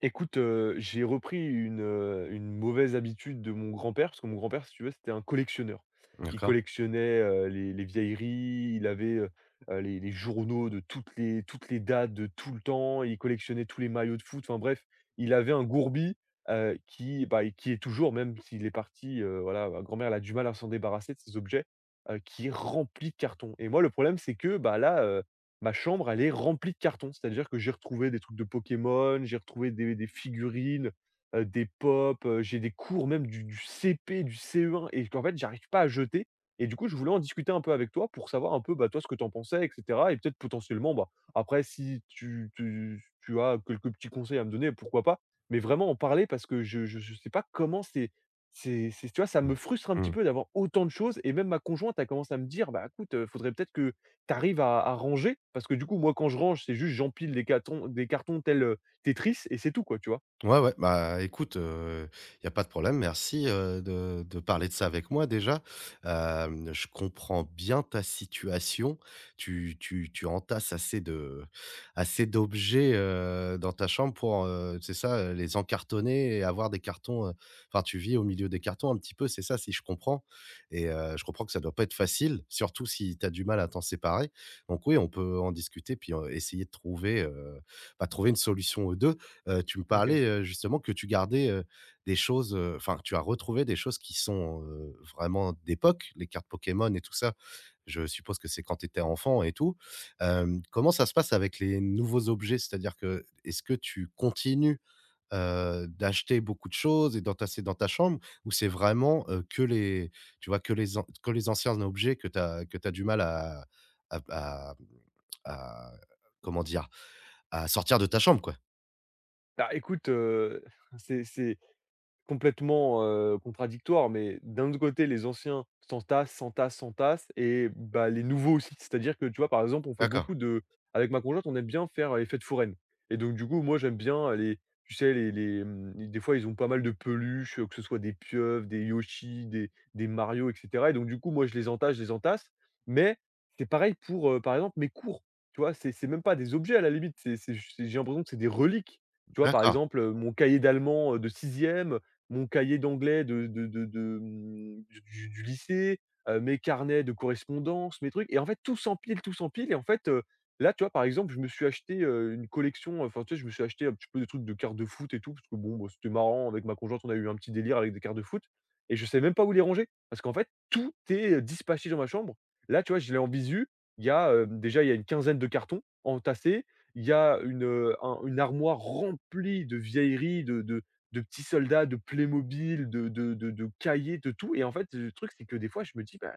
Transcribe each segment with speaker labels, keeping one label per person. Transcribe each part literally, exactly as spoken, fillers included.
Speaker 1: Écoute, heu, j'ai repris une, heu, une mauvaise habitude de mon grand-père, parce que mon grand-père, si tu veux, c'était un collectionneur. Il
Speaker 2: D'accord.
Speaker 1: collectionnait, heu, les les vieilleries, il avait, heu heu, les les journaux de toutes les toutes les dates de tout le temps, il collectionnait tous les maillots de foot, enfin bref, il avait un gourbi, heu, qui, bah, et qui est toujours, même s'il est parti, heu, voilà, ma grand-mère, elle a du mal à s'en débarrasser de ces objets, heu, qui est rempli de cartons. Et moi, le problème, c'est que, bah, là, euh, ma chambre, elle est remplie de cartons. C'est-à-dire que j'ai retrouvé des trucs de Pokémon, j'ai retrouvé des des figurines, heu, des pops, heu, j'ai des cours même du du C P, du C E un et qu'en fait, j'arrive pas à jeter. Et du coup, je voulais en discuter un peu avec toi pour savoir un peu, bah, toi, ce que tu en pensais, et cetera, et peut-être potentiellement, bah, après si tu tu tu as quelques petits conseils à me donner, pourquoi pas? Mais vraiment en parler parce que je je sais pas comment c'est, c'est c'est tu vois, ça me
Speaker 2: Mmh.
Speaker 1: frustre un petit
Speaker 2: Mmh.
Speaker 1: peu d'avoir autant de choses. Et même ma conjointe a commencé à me dire: «Bah, écoute, heu, faudrait peut-être que t'arrives à à ranger», parce que du coup, moi, quand je range, c'est juste j'empile des cartons des cartons tels heu, Tetris, et c'est tout quoi, tu vois?
Speaker 2: Ouais, ouais, bah, écoute, il y a pas de problème. Merci, heu, de de parler de ça avec moi déjà. Hem, je comprends bien ta situation. Tu tu tu entasses assez de assez d'objets, heu, dans ta chambre pour, heu, c'est ça, heu, les encartonner et avoir des cartons, heu, enfin, tu vis au milieu des cartons un petit peu, c'est ça, si je comprends? Et heu, je comprends que ça doit pas être facile, surtout si tu as du mal à t'en séparer. Donc oui, on peut en discuter puis, heu, essayer de trouver, heu, bah, trouver une solution aux deux. Heu, tu me
Speaker 1: OK.
Speaker 2: parlais, heu, justement que tu gardais, heu, des choses, heu, enfin, que tu as retrouvé des choses qui sont, heu, vraiment d'époque, les cartes Pokémon et tout ça. Je suppose que c'est quand tu étais enfant et tout. Hem, comment ça se passe avec les nouveaux objets? C'est-à-dire que, est-ce que tu continues, heu, d'acheter beaucoup de choses et d'entasser dans ta chambre? Ou c'est vraiment, heu, que les, tu vois, que les an que les anciens objets que tu as que tu du mal à à à, mmh, à comment dire? À sortir de ta chambre, quoi?
Speaker 1: Bah, écoute, heu, c'est c'est complètement, heu, contradictoire, mais d'un autre côté, les anciens s'entassent, s'entassent, s'entassent, et bah, les nouveaux aussi. C'est-à-dire que, tu vois, par exemple, on fait
Speaker 2: D'accord.
Speaker 1: beaucoup de, avec ma conjointe, on aime bien faire euh, les fêtes foraines. Et donc du coup, moi, j'aime bien les, tu sais, les les, mmh, des fois, ils ont pas mal de peluches, euh, que ce soit des pieuvres, des Yoshi, des des Mario, et cetera. Et donc du coup, moi, je les entasse, je les entasse, mais c'est pareil pour, heu, par exemple, mes cours, tu vois? C'est c'est même pas des objets à la limite, c'est c'est j'ai l'impression que c'est des reliques, tu vois? Par
Speaker 2: D'accord.
Speaker 1: exemple, heu, mon cahier d'allemand, heu, de sixième, mon cahier d'anglais de de de de, mmh, du du du lycée, heu, mes carnets de correspondance, mes trucs, et en fait tout s'empile, tout s'empile. Et en fait, heu, là, tu vois, par exemple, je me suis acheté, heu, une collection, enfin, tu sais, je me suis acheté un petit peu des trucs de cartes de foot et tout, parce que bon, bah, c'était marrant avec ma conjointe, on a eu un petit délire avec des cartes de foot, et je sais même pas où les ranger parce qu'en fait tout est, heu, dispatché dans ma chambre. Là, tu vois, je l'ai en visu, il y a, hem, déjà il y a une quinzaine de cartons entassés, il y a une, heu, un une armoire remplie de vieilleries, de de de petits soldats, de Playmobil, de de de de cahiers, de tout. Et en fait, le truc, c'est que des fois, je me dis: «Bah,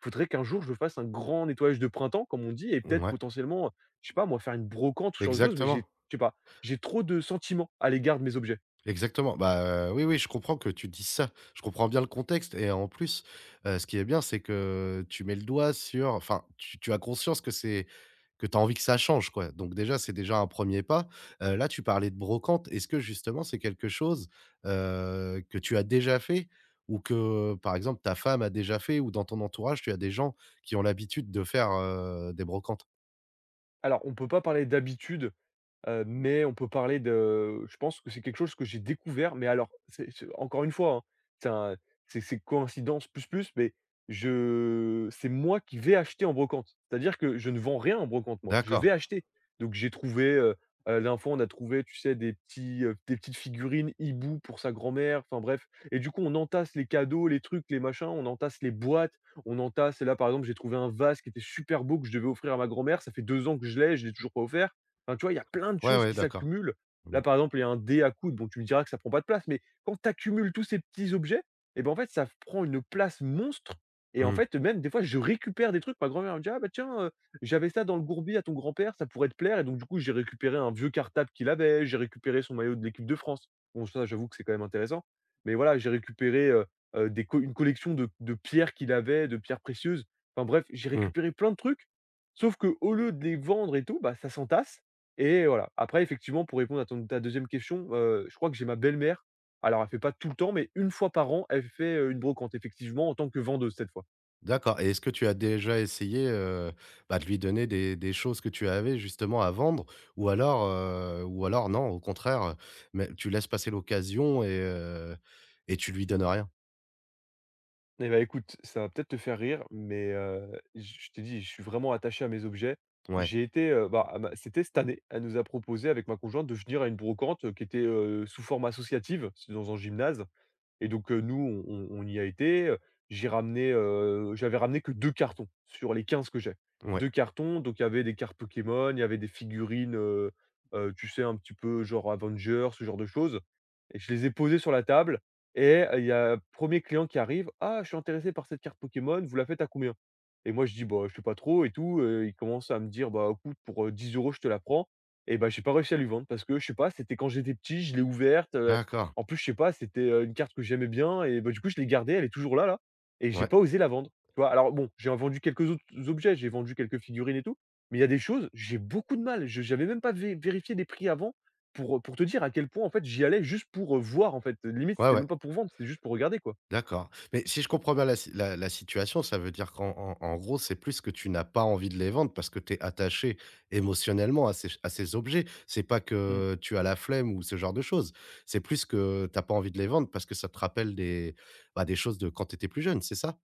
Speaker 1: faudrait qu'un jour, je fasse un grand nettoyage de printemps», comme on dit. Et peut-être
Speaker 2: Ouais,
Speaker 1: potentiellement, je sais pas moi, faire une brocante, ce genre de choses, mais j'ai
Speaker 2: exactement,
Speaker 1: je sais pas, j'ai trop de sentiments à l'égard de mes objets.
Speaker 2: exactement. Bah, heu, oui, oui, je comprends que tu dis ça. Je comprends bien le contexte et en plus, heu, ce qui est bien, c'est que tu mets le doigt sur enfin, tu tu as conscience que c'est que tu as envie que ça change, quoi. Donc déjà, c'est déjà un premier pas. Heu, là, tu parlais de brocante. Est-ce que justement, c'est quelque chose, heu, que tu as déjà fait ou que, par exemple, ta femme a déjà fait ou dans ton entourage, tu as des gens qui ont l'habitude de faire, heu, des brocantes?
Speaker 1: Alors, on peut pas parler d'habitude, Heu, mais on peut parler de, je pense que c'est quelque chose que j'ai découvert, mais alors c'est c'est encore une fois, hein, c'est un, c'est c'est coïncidence plus plus, mais je, c'est moi qui vais acheter en brocante. C'est-à-dire que je ne vends rien en brocante, moi, je vais
Speaker 2: D'accord.
Speaker 1: acheter. Donc j'ai trouvé, heu heu, la dernière fois, on a trouvé, tu sais, des petits, heu, des petites figurines hibou pour sa grand-mère, enfin bref. Et du coup, on entasse les cadeaux, les trucs, les machins, on entasse les boîtes, on entasse. Et là, par exemple, j'ai trouvé un vase qui était super beau que je devais offrir à ma grand-mère, ça fait deux ans que je l'ai, je l'ai toujours pas offert. Enfin, tu vois, il y a plein de
Speaker 2: Ouais,
Speaker 1: choses
Speaker 2: ouais,
Speaker 1: qui
Speaker 2: d'accord.
Speaker 1: s'accumulent.
Speaker 2: Mmh.
Speaker 1: Là, par exemple, il y a un dé à coude, bon, tu me diras que ça prend pas de place, mais quand tu accumules tous ces petits objets, et ben, en fait, ça prend une place monstre. Et en
Speaker 2: Mmh.
Speaker 1: fait, même des fois, je récupère des trucs. Ma grand-mère elle me dit: «Ah, bah tiens, euh, j'avais ça dans le gourbi à ton grand-père, ça pourrait te plaire.» Et donc, du coup, j'ai récupéré un vieux cartable qu'il avait, j'ai récupéré son maillot de l'équipe de France. Bon, ça, j'avoue que c'est quand même intéressant. Mais voilà, j'ai récupéré euh, euh, des co- une collection de, de pierres qu'il avait, de pierres précieuses. Enfin, bref, j'ai
Speaker 2: Mmh.
Speaker 1: récupéré plein de trucs. Sauf que au lieu de les vendre et tout, bah, ça s'entasse. Et voilà. Après effectivement, pour répondre à ton ta deuxième question, heu, je crois que j'ai ma belle-mère, alors elle fait pas tout le temps, mais une fois par an, elle fait, heu, une brocante effectivement en tant que vendeuse cette fois.
Speaker 2: D'accord, et est-ce que tu as déjà essayé, heu, bah, de lui donner des des choses que tu avais justement à vendre? Ou alors, heu, ou alors non, au contraire, heu, mais tu laisses passer l'occasion et heu et tu lui donnes rien?
Speaker 1: Eh ben, écoute, ça va peut-être te faire rire, mais heu, j je t'ai dit, je suis vraiment attaché à mes objets.
Speaker 2: Ouais,
Speaker 1: J'ai été, heu, bah, à ma, c'était cette année, elle nous a proposé avec ma conjointe de venir à une brocante, heu, qui était, heu, sous forme associative, c'est dans un gymnase. Et donc, heu, nous, on on on y a été, heu, j'ai ramené, heu, j'avais ramené que deux cartons sur les quinze que j'ai.
Speaker 2: ouais.
Speaker 1: Deux cartons, donc il y avait des cartes Pokémon, il y avait des figurines, heu heu, tu sais, un petit peu genre Avengers, ce genre de choses, et je les ai posées sur la table. Et euh, il y a premier client qui arrive: «Ah, je suis intéressé par cette carte Pokémon, vous la faites à combien?» Et moi je dis: «Bah, je sais pas trop et tout», heu, il commence à me dire: «Bah, écoute, pour, heu, dix euros € je te la prends». Et bah, j'ai pas réussi à lui vendre parce que je sais pas, c'était quand j'étais petit, je l'ai ouverte,
Speaker 2: D'accord.
Speaker 1: en plus, je sais pas, c'était, heu, une carte que j'aimais bien. Et bah, du coup, je l'ai gardée, elle est toujours là, là, et j'ai
Speaker 2: Ouais.
Speaker 1: pas osé la vendre, tu vois? Alors bon, j'ai vendu quelques autres objets, j'ai vendu quelques figurines et tout, mais il y a des choses, j'ai beaucoup de mal, je n'avais même pas vé vérifié les prix avant, pour, pour te dire à quel point, en fait, j'y allais juste pour, heu, voir, en fait. Limite,
Speaker 2: Ouais,
Speaker 1: c'était même
Speaker 2: ouais.
Speaker 1: pas pour vendre, c'était juste pour regarder, quoi.
Speaker 2: D'accord. Mais si je comprends bien la si la la situation, ça veut dire qu'en en en gros, c'est plus que tu n'as pas envie de les vendre parce que tu es attaché émotionnellement à ces à ces objets. C'est pas
Speaker 1: Mmh.
Speaker 2: que tu as la flemme ou ce genre de choses. C'est plus que tu as pas envie de les vendre parce que ça te rappelle des, bah, des choses de quand tu étais plus jeune, c'est ça?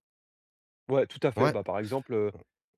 Speaker 1: Ouais, tout à fait.
Speaker 2: Ouais,
Speaker 1: Bah, par exemple, heu,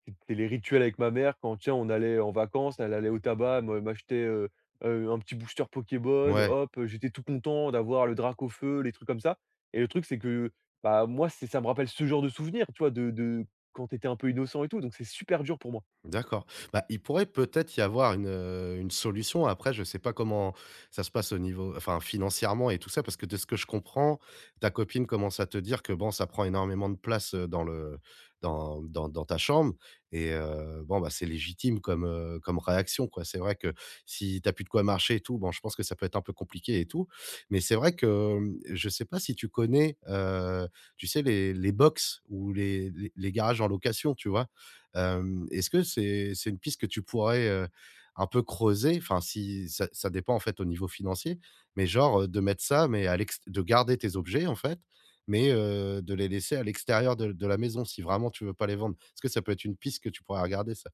Speaker 1: c'était les rituels avec ma mère quand, tiens, on allait en vacances, elle allait au tabac, moi, elle m'achetait, heu heu, un petit booster Pokémon,
Speaker 2: ouais.
Speaker 1: hop, heu, j'étais tout content d'avoir le drac au feu, les trucs comme ça. Et le truc, c'est que, bah, moi, c'est, ça me rappelle ce genre de souvenirs, tu vois? De de quand t'étais un peu innocent et tout, donc c'est super dur pour moi.
Speaker 2: D'accord. Bah, il pourrait peut-être y avoir une, heu, une solution. Après, je ne sais pas comment ça se passe au niveau enfin, financièrement et tout ça, parce que de ce que je comprends, ta copine commence à te dire que, bon, ça prend énormément de place, heu, dans le dans dans dans ta chambre et heu, bon, bah, c'est légitime comme, heu, comme réaction, quoi. C'est vrai que si t'as plus de quoi marcher et tout, bon, je pense que ça peut être un peu compliqué et tout. Mais c'est vrai que, hem, je sais pas si tu connais, heu, tu sais, les les box ou les les les garages en location, tu vois? Hem, est-ce que c'est c'est une piste que tu pourrais, heu, un peu creuser? Enfin, si ça ça dépend en fait au niveau financier, mais genre, heu, de mettre ça, mais à l'ext de garder tes objets en fait, mais, heu, de les laisser à l'extérieur de de la maison si vraiment tu veux pas les vendre. Est-ce que ça peut être une piste que tu pourrais regarder ça?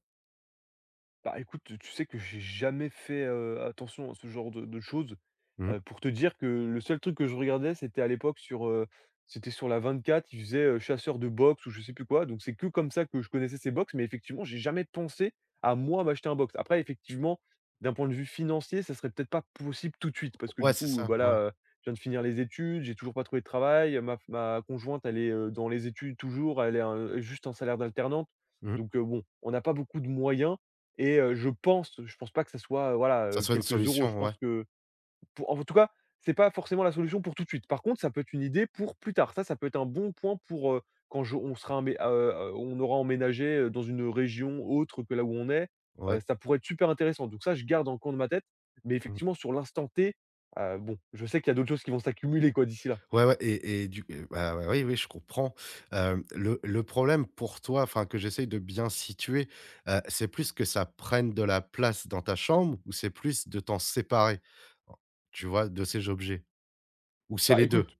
Speaker 1: Bah, écoute, tu sais que j'ai jamais fait, heu, attention à ce genre de de choses.
Speaker 2: Mmh.
Speaker 1: Heu, pour te dire que le seul truc que je regardais, c'était à l'époque sur, heu, c'était sur la vingt-quatre, ils faisaient, heu, chasseurs de box ou je sais plus quoi, donc c'est que comme ça que je connaissais ces box, mais effectivement, j'ai jamais pensé à moi m'acheter un box. Après effectivement, d'un point de vue financier, ça serait peut-être pas possible tout de suite parce que du
Speaker 2: Ouais, c'est
Speaker 1: coup,
Speaker 2: ça, ouais.
Speaker 1: voilà, je viens de finir les études, j'ai toujours pas trouvé de travail, ma ma conjointe, elle est, heu, dans les études toujours, elle est un juste en salaire d'alternante,
Speaker 2: Mmh.
Speaker 1: donc heu, bon, on n'a pas beaucoup de moyens. Et heu, je pense je pense pas que ça soit, heu, voilà,
Speaker 2: Ça
Speaker 1: heu,
Speaker 2: soit une
Speaker 1: quelques euros. Je
Speaker 2: solution, ouais,
Speaker 1: pense que, pour, en tout cas, c'est pas forcément la solution pour tout de suite. Par contre, ça peut être une idée pour plus tard. Ça, ça peut être un bon point pour, heu, quand je, on sera emmé heu heu, on aura emménagé, heu, dans une région autre que là où on est, heu,
Speaker 2: ouais.
Speaker 1: ça pourrait être super intéressant. Donc ça, je garde en le coin de ma tête, mais
Speaker 2: Mmh.
Speaker 1: effectivement sur l'instant T, heu, bon, je sais qu'il y a d'autres choses qui vont s'accumuler, quoi, d'ici là.
Speaker 2: Ouais, ouais et et du et bah, ouais, oui, oui, je comprends. Hem, le le problème pour toi, enfin, que j'essaye de bien situer, heu, c'est plus que ça prenne de la place dans ta chambre ou c'est plus de t'en séparer? Tu vois, de ces objets? Ou c'est
Speaker 1: Bah,
Speaker 2: les deux?
Speaker 1: écoute,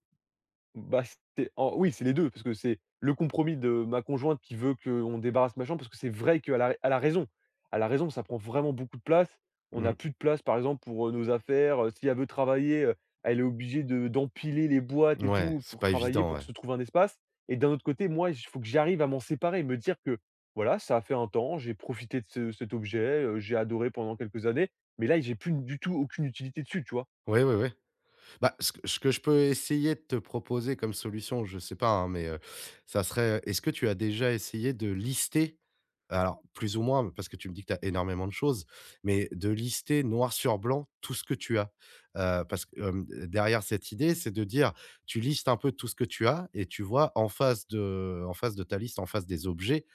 Speaker 1: Bah, c'était en oui, c'est les deux parce que c'est le compromis de ma conjointe qui veut qu'on débarrasse ma chambre parce que c'est vrai qu'elle a elle a raison. Elle a raison, ça prend vraiment beaucoup de place. On a
Speaker 2: Mmh,
Speaker 1: plus de place, par exemple, pour, heu, nos affaires, heu, si elle veut travailler, heu, elle est obligée de d'empiler les boîtes et
Speaker 2: ouais,
Speaker 1: tout
Speaker 2: c'est
Speaker 1: pour
Speaker 2: pas
Speaker 1: travailler,
Speaker 2: évident,
Speaker 1: pour
Speaker 2: ouais.
Speaker 1: se trouver un espace. Et d'un autre côté, moi, il faut que j'arrive à m'en séparer, me dire que, voilà, ça a fait un temps, j'ai profité de ce cet objet, heu, j'ai adoré pendant quelques années, mais là, j'ai plus du tout aucune utilité dessus, tu vois?
Speaker 2: Ouais, ouais, ouais. Bah, ce que ce que je peux essayer de te proposer comme solution, je sais pas, hein, mais, heu, ça serait est-ce que tu as déjà essayé de lister, alors plus ou moins, parce que tu me dis que tu as énormément de choses, mais de lister noir sur blanc tout ce que tu as? Heu, parce que, hem, derrière cette idée, c'est de dire, tu listes un peu tout ce que tu as et tu vois en face de en face de ta liste, en face des objets,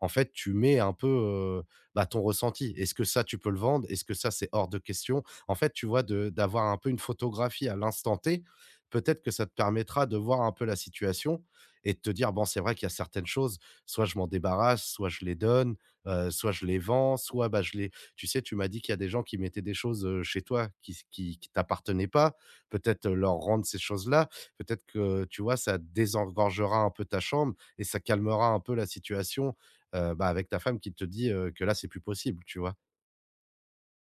Speaker 2: en fait, tu mets un peu, heu, bah, ton ressenti. Est-ce que ça, tu peux le vendre? Est-ce que ça, c'est hors de question? En fait, tu vois, de d'avoir un peu une photographie à l'instant T, peut-être que ça te permettra de voir un peu la situation et de te dire: «Bon, c'est vrai qu'il y a certaines choses, soit je m'en débarrasse, soit je les donne, heu, soit je les vends, soit, bah, je les». Tu sais, tu m'as dit qu'il y a des gens qui mettaient des choses, heu, chez toi qui s qui qui t'appartenaient pas. Peut-être euh, leur rendre ces choses-là. Peut-être que, tu vois, ça désengorgera un peu ta chambre et ça calmera un peu la situation, heu, bah, avec ta femme qui te dit, heu, que là, c'est plus possible, tu vois?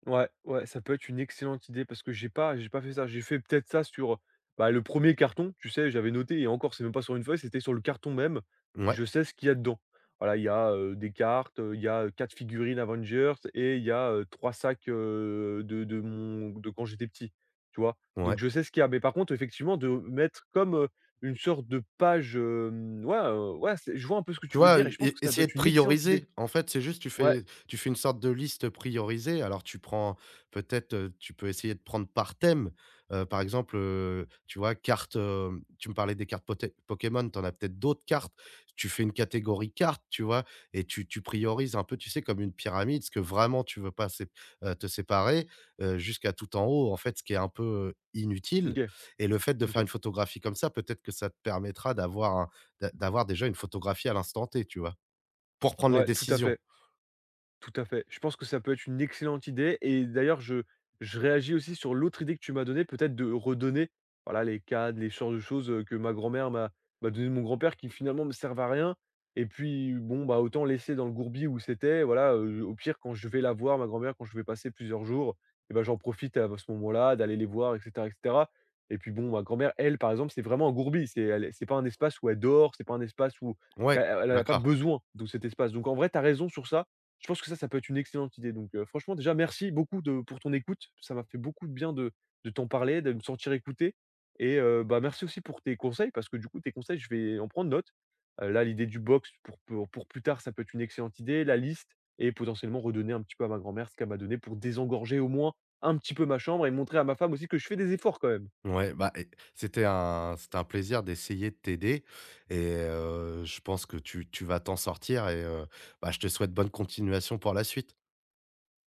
Speaker 1: Ouais, ouais, ça peut être une excellente idée parce que j'ai pas j'ai pas fait ça. J'ai fait peut-être ça sur, bah, le premier carton, tu sais, j'avais noté, et encore, c'est même pas sur une feuille, c'était sur le carton même.
Speaker 2: Ouais,
Speaker 1: Je sais ce qu'il y a dedans. Voilà, il y a, heu, des cartes, heu, il y a, heu, quatre figurines Avengers, et il y a, heu, trois sacs, heu, de de mon de quand j'étais petit, tu vois? Donc
Speaker 2: ouais.
Speaker 1: je sais ce qu'il y a. Mais par contre, effectivement, de mettre comme, heu, une sorte de page, hem, ouais, heu, ouais, c'est, je vois un peu ce que
Speaker 2: Tu
Speaker 1: tu veux
Speaker 2: vois,
Speaker 1: dire et je
Speaker 2: e
Speaker 1: pense que ça peut
Speaker 2: essayer de
Speaker 1: être une excellente idée.
Speaker 2: prioriser. En fait, c'est juste tu
Speaker 1: Ouais,
Speaker 2: fais tu fais une sorte de liste priorisée. Alors tu prends peut-être, heu, tu peux essayer de prendre par thème. Heu, par exemple, heu, tu vois, cartes, hem, tu me parlais des cartes poté Pokémon, tu en as peut-être d'autres cartes. Tu fais une catégorie cartes, tu vois? Et tu tu priorises un peu, tu sais, comme une pyramide, ce que vraiment tu veux pas sép heu, te séparer, heu, jusqu'à tout en haut, en fait, ce qui est un peu, heu, inutile.
Speaker 1: OK,
Speaker 2: Et le fait de faire
Speaker 1: OK.
Speaker 2: une photographie comme ça, peut-être que ça te permettra d'avoir d'a d'avoir déjà une photographie à l'instant T, tu vois? Pour prendre les
Speaker 1: Ouais, tout à
Speaker 2: décisions.
Speaker 1: fait. Tout à fait. Je pense que ça peut être une excellente idée, et d'ailleurs je je réagis aussi sur l'autre idée que tu m'as donnée, peut-être de redonner, voilà, les cadres, les genres de choses, heu, que ma grand-mère m'a m'a donné de mon grand-père qui finalement me servent à rien. Et puis bon, bah, autant laisser dans le gourbi où c'était, voilà, heu, au pire quand je vais la voir ma grand-mère, quand je vais passer plusieurs jours, et ben j'en profite à ce moment-là d'aller les voir, et cetera, et cetera. Et puis bon, ma grand-mère, elle, par exemple, c'est vraiment un gourbi, c'est, elle est, c'est pas un espace où elle dort, c'est pas un espace où elle
Speaker 2: Ouais,
Speaker 1: elle a pas
Speaker 2: d'accord.
Speaker 1: besoin de cet espace, donc en vrai, tu as raison sur ça. Je pense que ça, ça peut être une excellente idée. Donc, heu, franchement, déjà, merci beaucoup de pour ton écoute. Ça m'a fait beaucoup de bien de de t'en parler, de me sentir écouté, et heu, bah, merci aussi pour tes conseils parce que, du coup, tes conseils, je vais en prendre note. Heu, là, l'idée du box pour pour pour plus tard, ça peut être une excellente idée. La liste et potentiellement redonner un petit peu à ma grand-mère ce qu'elle m'a donné pour désengorger au moins un petit peu ma chambre et montrer à ma femme aussi que je fais des efforts quand même.
Speaker 2: Ouais, bah, et c'était un c'était un plaisir d'essayer de t'aider et heu, je pense que tu tu vas t'en sortir et heu, bah, je te souhaite bonne continuation pour la suite.